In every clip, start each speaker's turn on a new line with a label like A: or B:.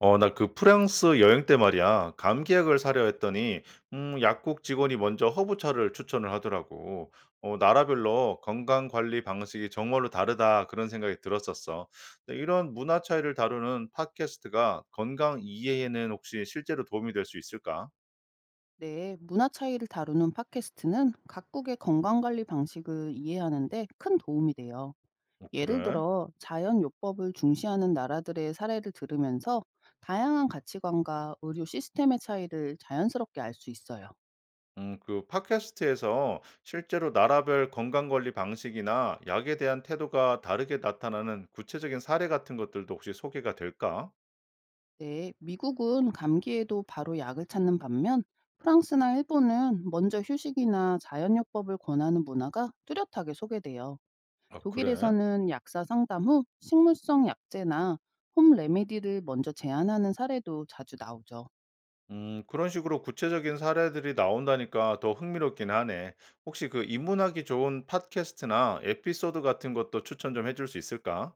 A: 나 그 프랑스 여행 때 말이야. 감기약을 사려 했더니, 약국 직원이 먼저 허브차를 추천을 하더라고. 나라별로 건강 관리 방식이 정말로 다르다. 그런 생각이 들었었어. 근데 이런 문화 차이를 다루는 팟캐스트가 건강 이해에는 혹시 실제로 도움이 될 수 있을까?
B: 네, 문화 차이를 다루는 팟캐스트는 각국의 건강관리 방식을 이해하는데 큰 도움이 돼요.
A: 어,
B: 예를
A: 그래?
B: 들어, 자연요법을 중시하는 나라들의 사례를 들으면서 다양한 가치관과 의료 시스템의 차이를 자연스럽게 알 수 있어요.
A: 그 팟캐스트에서 실제로 나라별 건강 관리 방식이나 약에 대한 태도가 다르게 나타나는 구체적인 사례 같은 것들도 혹시 소개가 될까?
B: 네, 미국은 감기에도 바로 약을 찾는 반면, 프랑스나 일본은 먼저 휴식이나 자연요법을 권하는 문화가 뚜렷하게 소개돼요.
A: 아, 그래?
B: 독일에서는 약사 상담 후 식물성 약재나 홈 레미디를 먼저 제안하는 사례도 자주 나오죠.
A: 그런 식으로 구체적인 사례들이 나온다니까 더 흥미롭긴 하네. 혹시 그 입문하기 좋은 팟캐스트나 에피소드 같은 것도 추천 좀 해줄 수 있을까?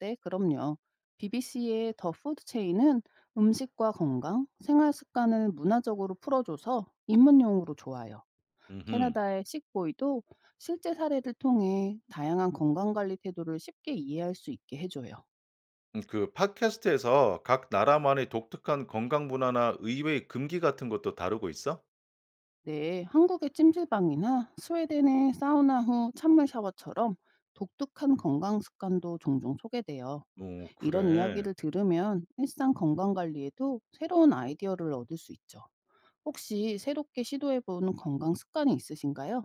B: 네, 그럼요. BBC의 더 푸드 체인은 음식과 건강, 생활 습관을 문화적으로 풀어줘서 입문용으로 좋아요.
A: 음흠.
B: 캐나다의 식보이도 실제 사례를 통해 다양한 건강관리 태도를 쉽게 이해할 수 있게 해줘요.
A: 그 팟캐스트에서 각 나라만의 독특한 건강 문화나 의외의 금기 같은 것도 다루고 있어?
B: 네, 한국의 찜질방이나 스웨덴의 사우나 후 찬물 샤워처럼 독특한 건강 습관도 종종 소개돼요.
A: 어,
B: 이런
A: 그래.
B: 이야기를 들으면 일상 건강 관리에도 새로운 아이디어를 얻을 수 있죠. 혹시 새롭게 시도해 본 건강 습관이 있으신가요?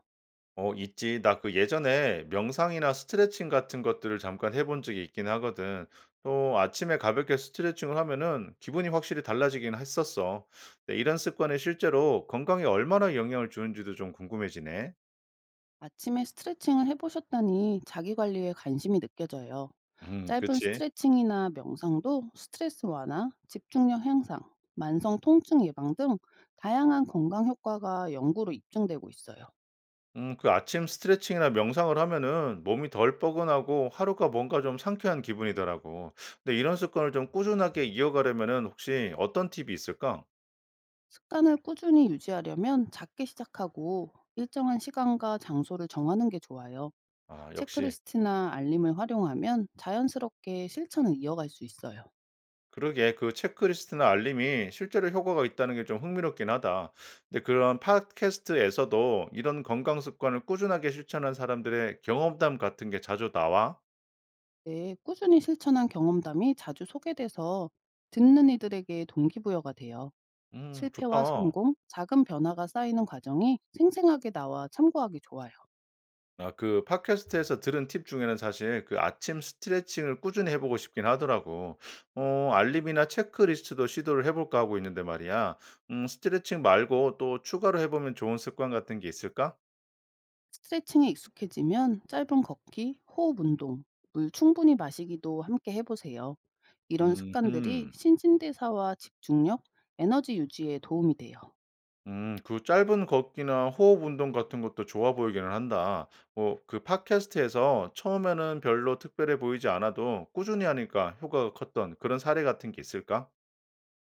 A: 어 있지. 나 그 예전에 명상이나 스트레칭 같은 것들을 잠깐 해본 적이 있긴 하거든. 또 아침에 가볍게 스트레칭을 하면은 기분이 확실히 달라지긴 했었어. 근데 이런 습관이 실제로 건강에 얼마나 영향을 주는지도 좀 궁금해지네.
B: 아침에 스트레칭을 해보셨다니 자기 관리에 관심이 느껴져요. 짧은
A: 그치.
B: 스트레칭이나 명상도 스트레스 완화, 집중력 향상, 만성 통증 예방 등 다양한 건강 효과가 연구로 입증되고 있어요.
A: 그 아침 스트레칭이나 명상을 하면은 몸이 덜 뻐근하고 하루가 뭔가 좀 상쾌한 기분이더라고. 근데 이런 습관을 좀 꾸준하게 이어가려면은 혹시 어떤 팁이 있을까?
B: 습관을 꾸준히 유지하려면 작게 시작하고 일정한 시간과 장소를 정하는 게 좋아요.
A: 아 역시.
B: 체크리스트나 알림을 활용하면 자연스럽게 실천을 이어갈 수 있어요.
A: 그러게 그 체크리스트나 알림이 실제로 효과가 있다는 게 좀 흥미롭긴 하다. 근데 그런 팟캐스트에서도 이런 건강 습관을 꾸준하게 실천한 사람들의 경험담 같은 게 자주 나와?
B: 네, 꾸준히 실천한 경험담이 자주 소개돼서 듣는 이들에게 동기부여가 돼요. 실패와
A: 좋다.
B: 성공, 작은 변화가 쌓이는 과정이 생생하게 나와 참고하기 좋아요.
A: 아, 그 팟캐스트에서 들은 팁 중에는 사실 그 아침 스트레칭을 꾸준히 해보고 싶긴 하더라고. 어, 알림이나 체크리스트도 시도를 해볼까 하고 있는데 말이야. 스트레칭 말고 또 추가로 해보면 좋은 습관 같은 게 있을까?
B: 스트레칭에 익숙해지면 짧은 걷기, 호흡 운동, 물 충분히 마시기도 함께 해보세요. 이런 습관들이
A: 음,
B: 신진대사와 집중력, 에너지 유지에 도움이 돼요.
A: 그 짧은 걷기나 호흡 운동 같은 것도 좋아 보이기는 한다. 뭐 그 팟캐스트에서 처음에는 별로 특별해 보이지 않아도 꾸준히 하니까 효과가 컸던 그런 사례 같은 게 있을까?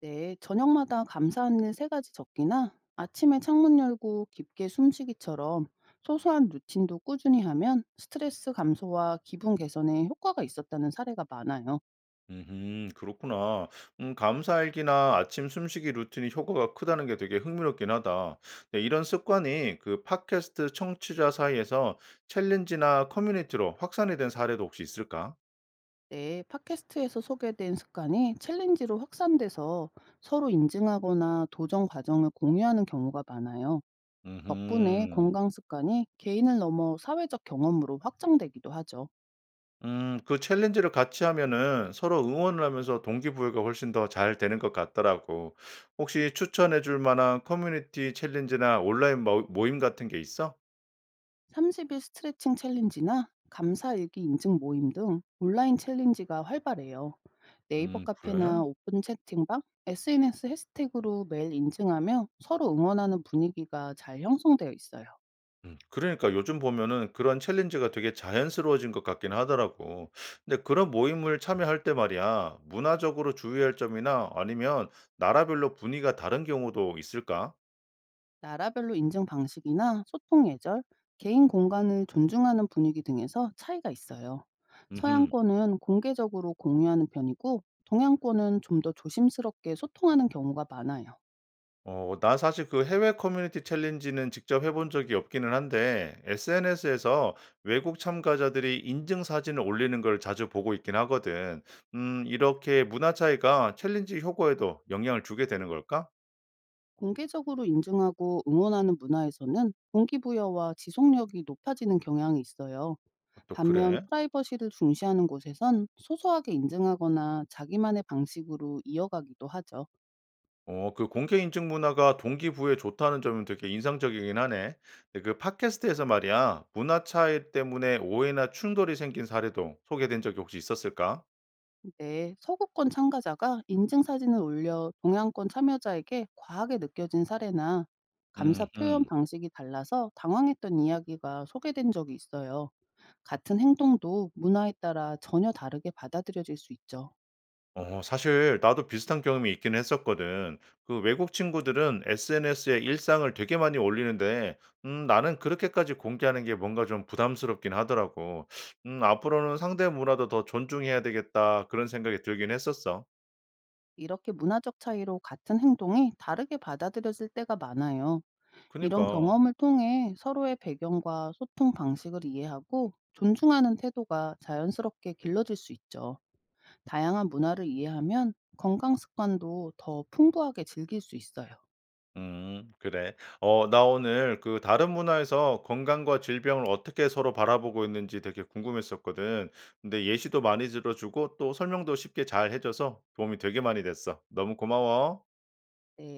B: 네, 저녁마다 감사하는 세 가지 적기나 아침에 창문 열고 깊게 숨쉬기처럼 소소한 루틴도 꾸준히 하면 스트레스 감소와 기분 개선에 효과가 있었다는 사례가 많아요.
A: 그렇구나. 감사일기나 아침 숨쉬기 루틴이 효과가 크다는 게 되게 흥미롭긴 하다. 네, 이런 습관이 그 팟캐스트 청취자 사이에서 챌린지나 커뮤니티로 확산이 된 사례도 혹시 있을까?
B: 네, 팟캐스트에서 소개된 습관이 챌린지로 확산돼서 서로 인증하거나 도전 과정을 공유하는 경우가 많아요. 덕분에
A: 음.
B: 건강 습관이 개인을 넘어 사회적 경험으로 확장되기도 하죠.
A: 그 챌린지를 같이 하면은 서로 응원을 하면서 동기부여가 훨씬 더 잘 되는 것 같더라고. 혹시 추천해 줄 만한 커뮤니티 챌린지나 온라인 모 모임 같은 게 있어?
B: 30일 일 스트레칭 챌린지나 감사일기 인증 모임 등 온라인 챌린지가 활발해요. 네이버 카페나
A: 그래?
B: 오픈 채팅방, SNS 해시태그로 매일 인증하며 서로 응원하는 분위기가 잘 형성되어 있어요.
A: 그러니까 요즘 보면은 그런 챌린지가 되게 자연스러워진 것 같긴 하더라고. 근데 그런 모임을 참여할 때 말이야, 문화적으로 주의할 점이나 아니면 나라별로 분위기가 다른 경우도 있을까?
B: 나라별로 인증 방식이나 소통 예절, 개인 공간을 존중하는 분위기 등에서 차이가 있어요.
A: 음.
B: 서양권은 공개적으로 공유하는 편이고, 동양권은 좀 더 조심스럽게 소통하는 경우가 많아요.
A: 어 나 사실 그 해외 커뮤니티 챌린지는 직접 해본 적이 없기는 한데 SNS에서 외국 참가자들이 인증 사진을 올리는 걸 자주 보고 있긴 하거든. 이렇게 문화 차이가 챌린지 효과에도 영향을 주게 되는 걸까?
B: 공개적으로 인증하고 응원하는 문화에서는 동기부여와 지속력이 높아지는 경향이 있어요.
A: 아 또
B: 반면
A: 그래?
B: 프라이버시를 중시하는 곳에선 소소하게 인증하거나 자기만의 방식으로 이어가기도 하죠.
A: 어 그 공개 인증 문화가 동기부여에 좋다는 점은 되게 인상적이긴 하네. 근데 그 팟캐스트에서 말이야. 문화 차이 때문에 오해나 충돌이 생긴 사례도 소개된 적이 혹시 있었을까?
B: 네, 서구권 참가자가 인증 사진을 올려 동양권 참여자에게 과하게 느껴진 사례나 감사 표현
A: 음.
B: 방식이 달라서 당황했던 이야기가 소개된 적이 있어요. 같은 행동도 문화에 따라 전혀 다르게 받아들여질 수 있죠.
A: 어 사실 나도 비슷한 경험이 있긴 했었거든. 그 외국 친구들은 SNS에 일상을 되게 많이 올리는데 나는 그렇게까지 공개하는 게 뭔가 좀 부담스럽긴 하더라고. '앞으로는 상대 문화도 더 존중해야 되겠다.' 그런 생각이 들긴 했었어.
B: 이렇게 문화적 차이로 같은 행동이 다르게 받아들여질 때가 많아요. 이런
A: 그니까.
B: 경험을 통해 서로의 배경과 소통 방식을 이해하고 존중하는 태도가 자연스럽게 길러질 수 있죠. 다양한 문화를 이해하면 건강 습관도 더 풍부하게 즐길 수 있어요.
A: 그래. 어 나 오늘 그 다른 문화에서 건강과 질병을 어떻게 서로 바라보고 있는지 되게 궁금했었거든. 근데 예시도 많이 들어 주고 또 설명도 쉽게 잘 해 줘서 도움이 되게 많이 됐어. 너무 고마워.
B: 네.